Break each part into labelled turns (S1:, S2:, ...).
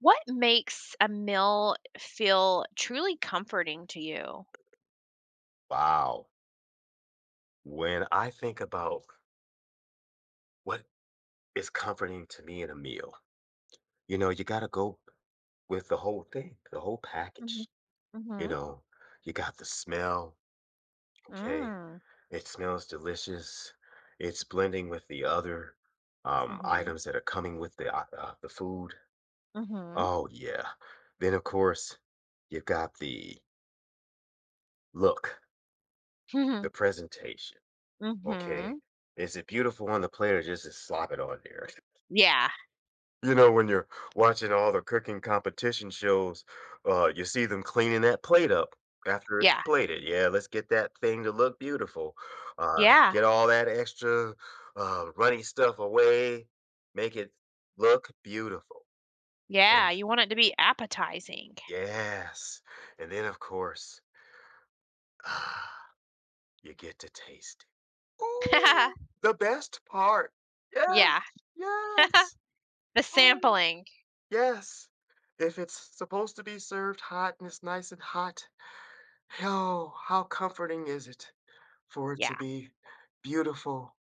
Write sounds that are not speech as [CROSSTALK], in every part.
S1: What makes a meal feel truly comforting to you?
S2: Wow. When I think about what is comforting to me in a meal, you know, you got to go with the whole thing, the whole
S1: Mhm.
S2: package. You
S1: Mhm.
S2: know, you got the smell. Okay.
S1: Mm.
S2: It smells delicious. It's blending with the other
S1: Mhm.
S2: items that are coming with the the food.
S1: Mhm.
S2: Oh, yeah. Then, of course, you've got the look,
S1: Mhm.
S2: the presentation. Okay.
S1: Mhm. [LAUGHS]
S2: Is it beautiful on the plate or just slop it on there?
S1: Yeah.
S2: You know, when you're watching all the cooking competition shows, you see them cleaning that plate up after it's
S1: Yeah.
S2: plated. Yeah, let's get that thing to look beautiful.
S1: Yeah.
S2: Get all that extra runny stuff away, make it look beautiful.
S1: Yeah.
S2: And
S1: You want it to be appetizing.
S2: yes, and then of course, [SIGHS] ah, you get to taste it. Ooh,
S1: [LAUGHS]
S2: the best part. Yes,
S1: Yeah. [LAUGHS]
S2: yes.
S1: The
S2: Oh.
S1: sampling.
S2: Yes. If it's supposed to be served hot and it's nice and hot, oh, how comforting is it for it
S1: Yeah.
S2: to be beautiful,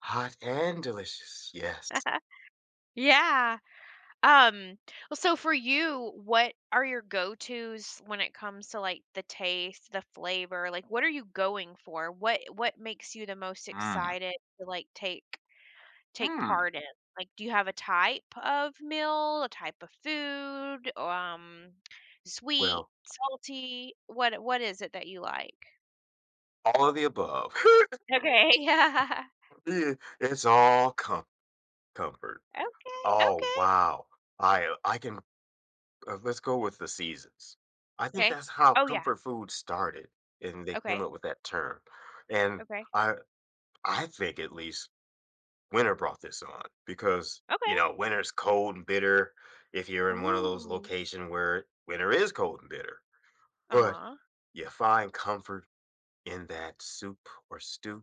S2: hot, and delicious? Yes.
S1: [LAUGHS] Yeah. Um, well, so for you, what are your go-tos when it comes to the taste, the flavor? Like what are you going for? What makes you the most
S2: Mm.
S1: excited to take
S2: Mm.
S1: part in? Like do you have a type of meal, a type of food, sweet,
S2: Well,
S1: salty? What is it that you like?
S2: all of the above. [LAUGHS]
S1: Okay. [LAUGHS] Yeah.
S2: Yeah, it's comfort.
S1: Okay.
S2: Oh
S1: Okay.
S2: wow! I can let's go with the seasons. I think
S1: Okay.
S2: that's how
S1: Oh yeah.
S2: comfort food started, and they came
S1: Okay.
S2: up with that term. And
S1: Okay.
S2: I I think at least winter brought this on, because you
S1: Okay.
S2: know winter's cold and bitter. If you're in one of those
S1: Ooh.
S2: locations where winter is cold and bitter, but
S1: Uh-huh.
S2: you find comfort in that soup or stew,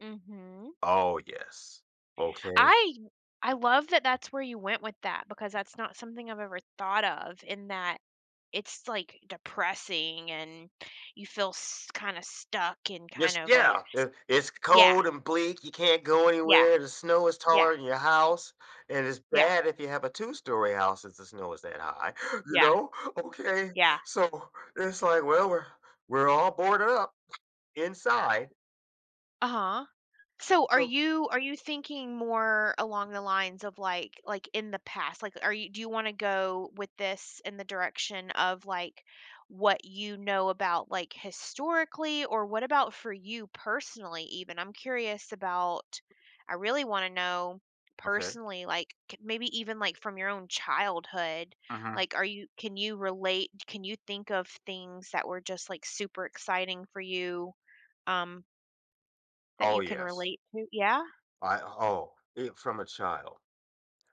S1: Mhm.
S2: oh yes, okay.
S1: I I love that that's where you went with that, because that's not something I've ever thought of in that. It's like depressing, and you feel kind of stuck and kind
S2: just
S1: of like
S2: yeah It's
S1: yeah,
S2: cold and bleak. You can't go
S1: yeah,
S2: anywhere, the snow is
S1: yeah,
S2: taller than your house, and it's
S1: yeah,
S2: bad if you have a two-story house if the snow is that high. [GASPS] You
S1: yeah,
S2: know, okay,
S1: yeah.
S2: so it's like, well, we're all boarded up inside.
S1: Uh-huh. So are
S2: So
S1: you are you thinking more along the lines of like in the past? Like are you do you want to go with this in the direction of what you know about like historically, or what about for you personally even? I'm curious about I really want to know
S2: okay.
S1: personally like maybe even like from your own childhood.
S2: Mhm.
S1: Like are you, can you relate, can you think of things that were just like super exciting for you um that
S2: Oh,
S1: you can
S2: yes.
S1: relate to? Yeah?
S2: It from a child.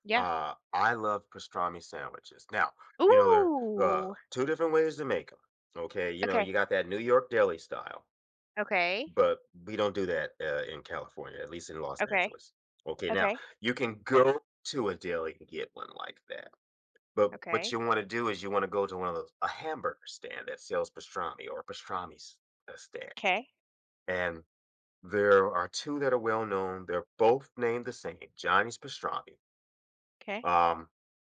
S1: Yeah.
S2: I love pastrami sandwiches. Now, you know, there are
S1: Ooh.
S2: 2 different ways to make them. Okay? You know,
S1: Okay.
S2: you got that New York deli style,
S1: Okay.
S2: but we don't do that, in California, at least in Los
S1: Okay.
S2: Angeles. Okay, now,
S1: Okay.
S2: you can go to a deli and get one like that, but what
S1: Okay.
S2: you wanna do is you wanna go to one of those a hamburger stand that sells pastrami or a pastrami s stand,
S1: Okay.
S2: and there are 2 that are well known, they're both named the same, Johnny's Pastrami,
S1: Okay. Okay. Okay.
S2: um,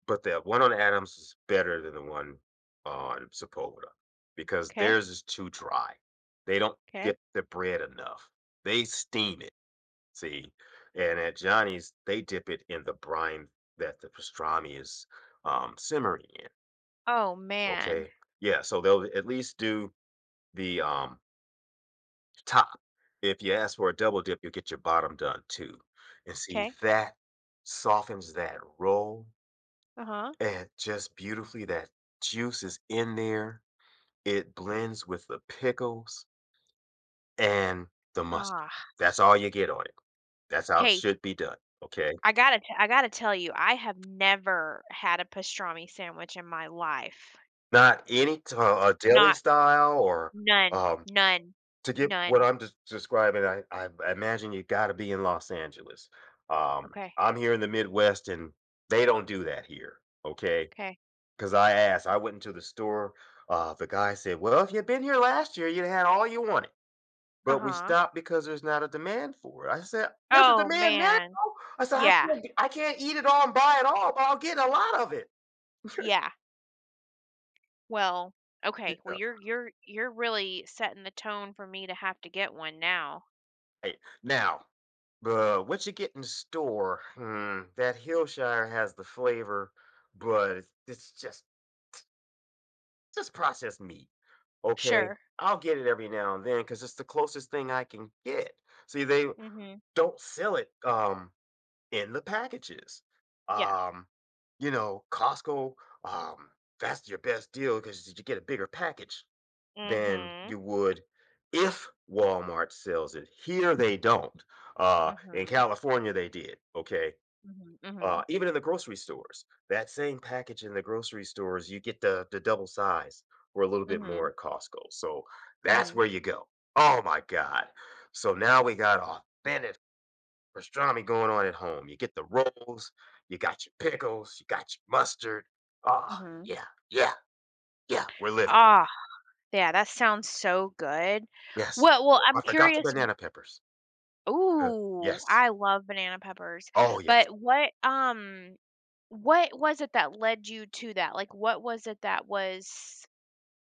S2: but the one on Adams is better than the one on Sepulveda because theirs is too dry. They don't dip the bread enough. They steam it, see? And at Johnny's, they dip it in the brine that the pastrami is, simmering in,
S1: Oh, man. Okay.
S2: okay? Yeah, so they'll at least do the top. If you ask for a double dip, you'll get your bottom done too. And see,
S1: 'Kay.
S2: that softens that roll,
S1: Uh-huh.
S2: and just beautifully, that juice is in there. It blends with the pickles and the mustard.
S1: Ah.
S2: That's all you get on it. That's how it
S1: Hey,
S2: should be done. Okay.
S1: I gotta tell you, I have never had a pastrami sandwich in my life.
S2: Not any deli
S1: Not
S2: style or
S1: none.
S2: um,
S1: None.
S2: to get what
S1: None.
S2: I'm describing, I imagine you gotta be in Los Angeles.
S1: Okay. Okay.
S2: I'm here in the Midwest, and they don't do that here, okay?
S1: 'Kay.
S2: Because I asked, I went into the store, the guy said, "Well, if you'd been here last year, you'd had all you wanted, but we
S1: Uh-huh.
S2: stopped because there's not a demand for it." I said, "There's a
S1: Oh,
S2: demand now?"
S1: man.
S2: I said,
S1: Yeah.
S2: I can't eat it all and buy it all, but I'll get a lot of it."
S1: Yeah. Well,
S2: [LAUGHS]
S1: okay. Well,
S2: Yeah,
S1: you're really setting the tone for me to have to get one now.
S2: right. Now But what you get in the store, mm, that Hillshire has the flavor, but it's just processed meat. Okay,
S1: Sure.
S2: I'll get it every now and then because it's the closest thing I can get. See, they
S1: Mhm.
S2: don't sell it in the packages.
S1: Yeah.
S2: Um, you know, Costco, um, that's your best deal because you get a bigger package than
S1: Mhm.
S2: you would if Walmart sells it. Here they don't. In
S1: Mhm.
S2: California, they did. Okay.
S1: Mhm. Mhm.
S2: Even in the grocery stores, that same package in the grocery stores, you get the double size or a little bit
S1: Mhm.
S2: more at Costco. So that's
S1: Mhm.
S2: where you go. Oh my God. So now we got authentic pastrami going on at home. You get the rolls, you got your pickles, you got your mustard. Ah,
S1: Mhm.
S2: yeah, yeah, yeah. We're living.
S1: Ah, yeah, that sounds so good.
S2: Yes.
S1: Well,
S2: Oh,
S1: I'm
S2: I forgot the
S1: curious
S2: banana peppers. The
S1: ooh,
S2: yes.
S1: I love banana peppers.
S2: Oh, yes.
S1: But what what was it that led you to that? Like, what was it that was,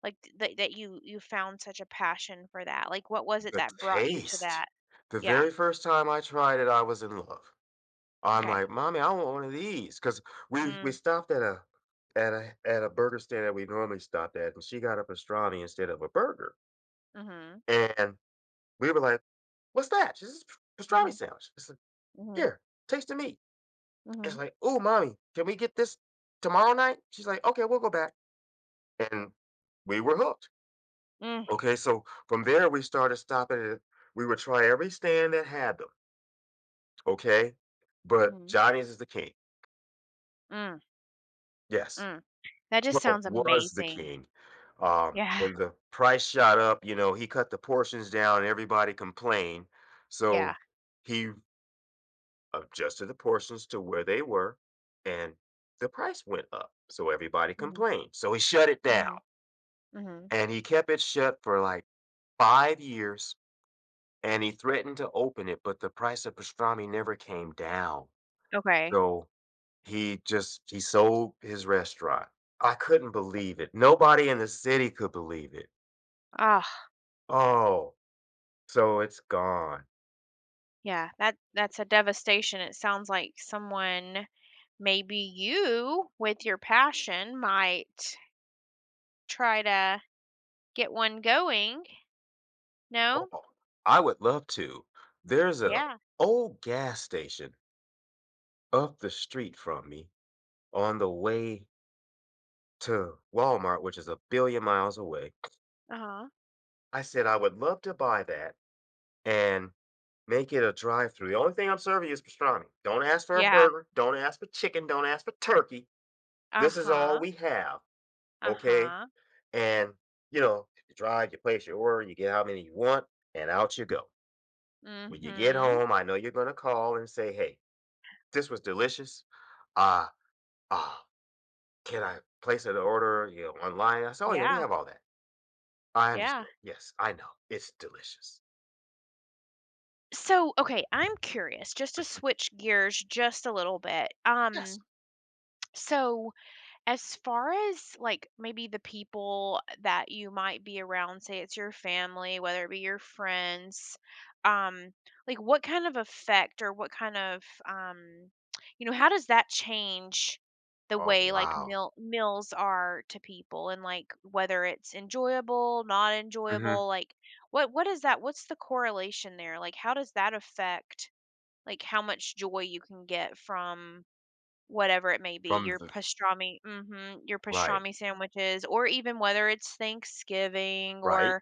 S1: like, that you found such a passion for that? Like, what was it
S2: The
S1: that brought you to that?
S2: taste. The
S1: Yeah,
S2: very first time I tried it, I was in love. I'm
S1: okay.
S2: like, "Mommy, I want one of these." Because we
S1: Mm,
S2: stopped at a at a at a burger stand that we normally stopped at, and she got a pastrami instead of a burger,
S1: mhm.
S2: and we were like, "What's that?" She says, "It's a pastrami
S1: Mhm.
S2: sandwich." It's like,
S1: Mhm.
S2: "Here, taste the meat." It's
S1: Mhm.
S2: like, "Ooh, mommy, can we get this tomorrow night?" She's like, "Okay, we'll go back," and we were hooked.
S1: Mm.
S2: Okay, so from there we started stopping it. We would try every stand that had them, okay? But
S1: Mhm.
S2: Johnny's is the king.
S1: Mm,
S2: Yes.
S1: mm. That just
S2: Well,
S1: sounds
S2: was the
S1: amazing.
S2: king.
S1: Yeah,
S2: When the price shot up, you know, he cut the portions down and everybody complained.
S1: yeah.
S2: So he adjusted the portions to where they were and the price went up. So everybody
S1: Mhm,
S2: complained. So he shut it down
S1: mhm, mhm.
S2: and he kept it shut for like 5 years. And he threatened to open it, but the price of pastrami never came down.
S1: Okay.
S2: So he sold his restaurant. I couldn't believe it. Nobody in the city could believe it.
S1: Oh.
S2: Oh, so it's gone.
S1: Yeah, that that's a devastation. It sounds like someone, maybe you, with your passion, might try to get one going.
S2: Oh,
S1: No?
S2: I would love to. There's a
S1: Yeah.
S2: old gas station up the street from me on the way to Walmart, which is a billion miles away.
S1: Uh-huh.
S2: I said I would love to buy that and make it a drive-through. The only thing I'm serving is pastrami. Don't ask for a
S1: Yeah.
S2: burger. Don't ask for chicken. Don't ask for turkey. This is all
S1: Uh-huh.
S2: we have, okay?
S1: Uh-huh.
S2: And, you know, you drive, you place your order, you get how many you want, and out you go. When you get
S1: Mm-hmm.
S2: home, I know you're going to call and say, hey, this was delicious. Uh, uh, can I place an order, you know, online? I said, oh, yeah, we
S1: Yeah.
S2: have all that. I
S1: Yeah.
S2: understand. Yes, I know. It's delicious.
S1: So, okay, I'm curious, just to switch gears just a little bit.
S2: Yes.
S1: So As far as, like, maybe the people that you might be around, say it's your family, whether it be your friends, um, like, what kind of effect or what kind of, you know, how does that change the
S2: Oh,
S1: way, like,
S2: wow.
S1: meals are to people and, like, whether it's enjoyable, not
S2: Hmm.
S1: enjoyable? Like, what is that? What's the correlation there? Like, how does that affect, like, how much joy you can get from whatever it may be,
S2: From
S1: your
S2: the,
S1: your
S2: right,
S1: pastrami sandwiches, or even whether it's Thanksgiving
S2: right.
S1: or,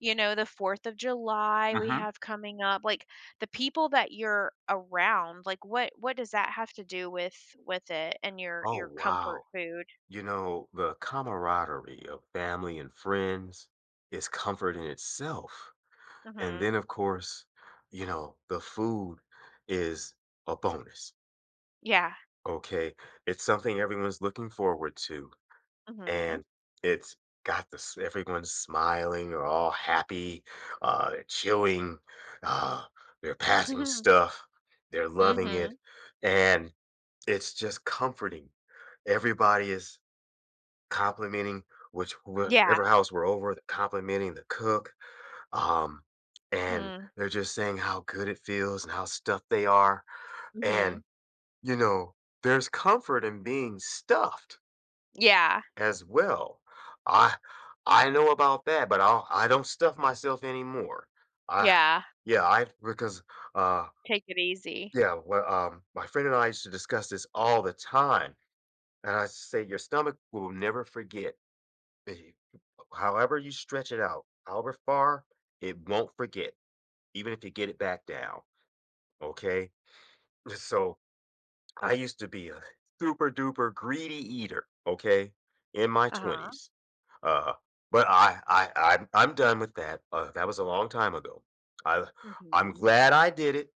S1: you know, the 4th of July we
S2: Hmm.
S1: have coming up, like, the people that you're around, like, what does that have to do with it and
S2: Oh,
S1: your comfort
S2: wow.
S1: food?
S2: You know, the camaraderie of family and friends is comfort in itself. And
S1: Mhm.
S2: then, of course, you know, the food is a bonus.
S1: Yeah.
S2: Okay. It's something everyone's looking forward to.
S1: Mhm.
S2: And it's got this, everyone's smiling or all happy. They're chewing, uh, they're passing
S1: [LAUGHS]
S2: stuff, they're loving it.
S1: Mhm.
S2: And it's just comforting. Everybody is complimenting, which
S1: Yeah.
S2: whatever house we're over, they're complimenting the cook, um, and
S1: Mm.
S2: they're just saying how good it feels and how stuffed they are,
S1: Mhm.
S2: and, you know, there's comfort in being stuffed
S1: Yeah.
S2: as well. I I know about that, but I do not stuff myself anymore. I
S1: Yeah.
S2: yeah, I because, uh
S1: Take it easy.
S2: yeah, well, my friend and I used to discuss this all the time, and I say, "Your stomach will never forget." eh, However you stretch it out, however far, it won't forget, even if you get it back down, okay? [LAUGHS] So I used to be a super duper greedy eater, okay, in my
S1: Uh-huh.
S2: 20s. Uh, but I'm done with that. That was a long time ago. I, I'm
S1: Mhm.
S2: glad I did it,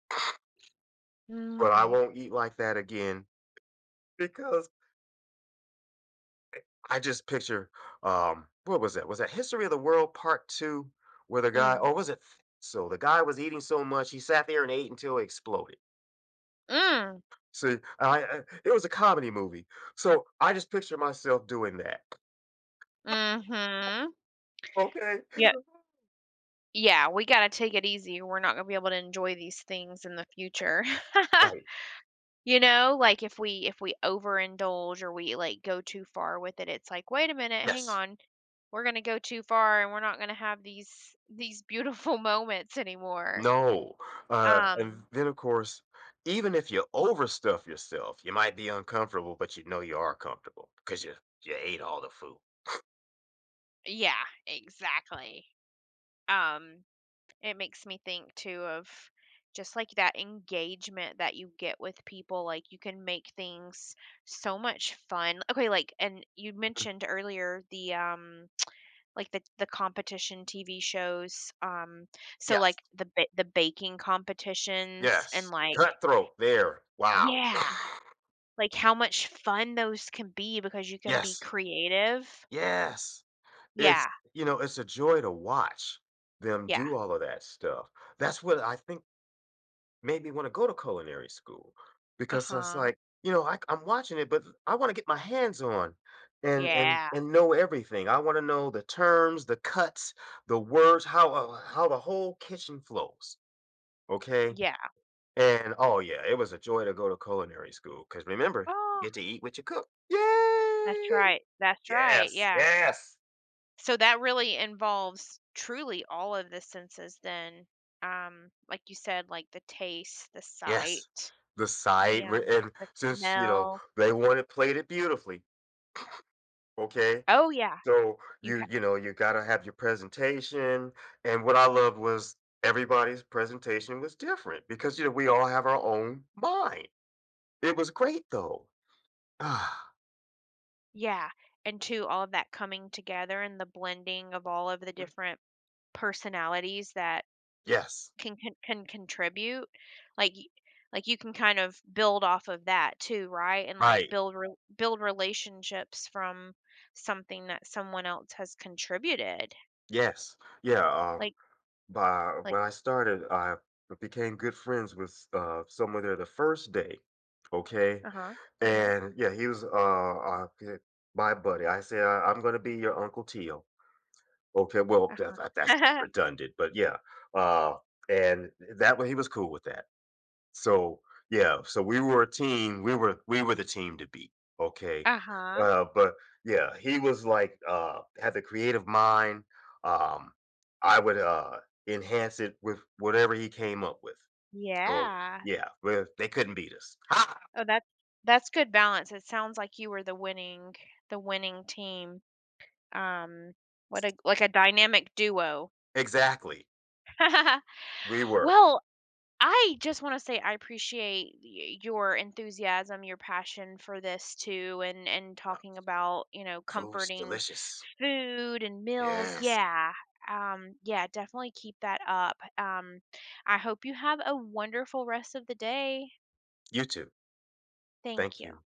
S2: but I
S1: Mm.
S2: won't eat like that again because I just picture, what was that? Was that History of the World Part Two, where the guy,
S1: Mm.
S2: or was it? So the guy was eating so much, he sat there and ate until he exploded.
S1: Mm.
S2: See, I it was a comedy movie, so I just picture myself doing that.
S1: Mhm.
S2: Okay,
S1: Yeah
S2: [LAUGHS]
S1: yeah, we gotta take it easy, we're not gonna be able to enjoy these things in the future. [LAUGHS]
S2: right?
S1: You know, like, if we overindulge or we, like, go too far with it, it's like, "Wait a minute, hang
S2: Yes.
S1: on, we're gonna go too far, and we're not gonna have these beautiful [LAUGHS] moments anymore."
S2: No.
S1: Um,
S2: And then of course, even if you overstuff yourself, you might be uncomfortable, but you know you are comfortable because you ate all the food.
S1: yeah, exactly. Um It makes me think too of just like that engagement that you get with people. Like you can make things so much fun. Okay, like, and you mentioned
S2: [LAUGHS]
S1: earlier the like the competition TV shows. So
S2: Yes.
S1: like the the baking competitions and
S2: Yes.
S1: like
S2: Cutthroat there. Wow.
S1: yeah,
S2: [SIGHS]
S1: like how much fun those can be because you can be
S2: Yes.
S1: creative.
S2: Yes. It's,
S1: Yeah,
S2: you know, it's a joy to watch them
S1: yeah.
S2: do all of that stuff. That's what I think made me wanna go to culinary school because I was
S1: Uh-huh.
S2: like, you know, I'm watching it, but I wanna get my hands on and and
S1: Yeah.
S2: and know everything. I wanna know the terms, the cuts, the words, how the whole kitchen flows, okay?
S1: Yeah.
S2: And oh yeah, it was a joy to go to culinary school because remember, you
S1: Oh,
S2: get to eat what you cook.
S1: that's
S2: Yay!
S1: right. That's right.
S2: Yes,
S1: Yeah.
S2: yes,
S1: So that really involves truly all of the senses then, like you said, like the taste, the
S2: yes.
S1: sight,
S2: The
S1: the,
S2: side where-
S1: um,
S2: and
S1: the
S2: since you know
S1: smell.
S2: they wanted plated beautifully, okay.
S1: Oh, yeah,
S2: So
S1: you
S2: you
S1: ha
S2: you know, you gotta have your presentation. And what I loved was everybody's presentation was different because you know we all have our own mind. It was great though. [SIGHS] Ah,
S1: yeah, and too, all of that coming together and the blending of all of the different personalities that
S2: yes,
S1: can contribute, like y like, you can kind of build off of that too, right? And, like,
S2: right,
S1: build relationships from something that someone else has contributed,
S2: yes, yeah.
S1: like
S2: By
S1: like
S2: when I started, I became good friends with someone there the first day, okay?
S1: uh-huh, uh-huh,
S2: And yeah, he was uh he- my buddy. I said, "I- I'm gonna be your Uncle Teal. Okay, well,
S1: uh-huh.
S2: that's
S1: [LAUGHS]
S2: redundant, but yeah." Uh, and that way he was cool with that. So, yeah, so we were a team. We were the team to beat, okay?
S1: Uh-huh.
S2: But yeah, he was like had the creative mind. Um, I would enhance it with whatever he came up with. So
S1: Yeah.
S2: yeah, we they couldn't beat us. Ha!
S1: Oh, that's good balance. It sounds like you were the winning team. Um, what a like a dynamic duo.
S2: Exactly.
S1: [LAUGHS]
S2: We were.
S1: Well, I just want to say I appreciate your enthusiasm, your passion for this too, and
S2: Uh,
S1: talking about, you know,
S2: food's
S1: comforting
S2: delicious.
S1: food and meals,
S2: Yes.
S1: yeah. Yeah, definitely keep that up. I hope you have a wonderful rest of the day.
S2: You too.
S1: Thank
S2: Thank
S1: you.
S2: you.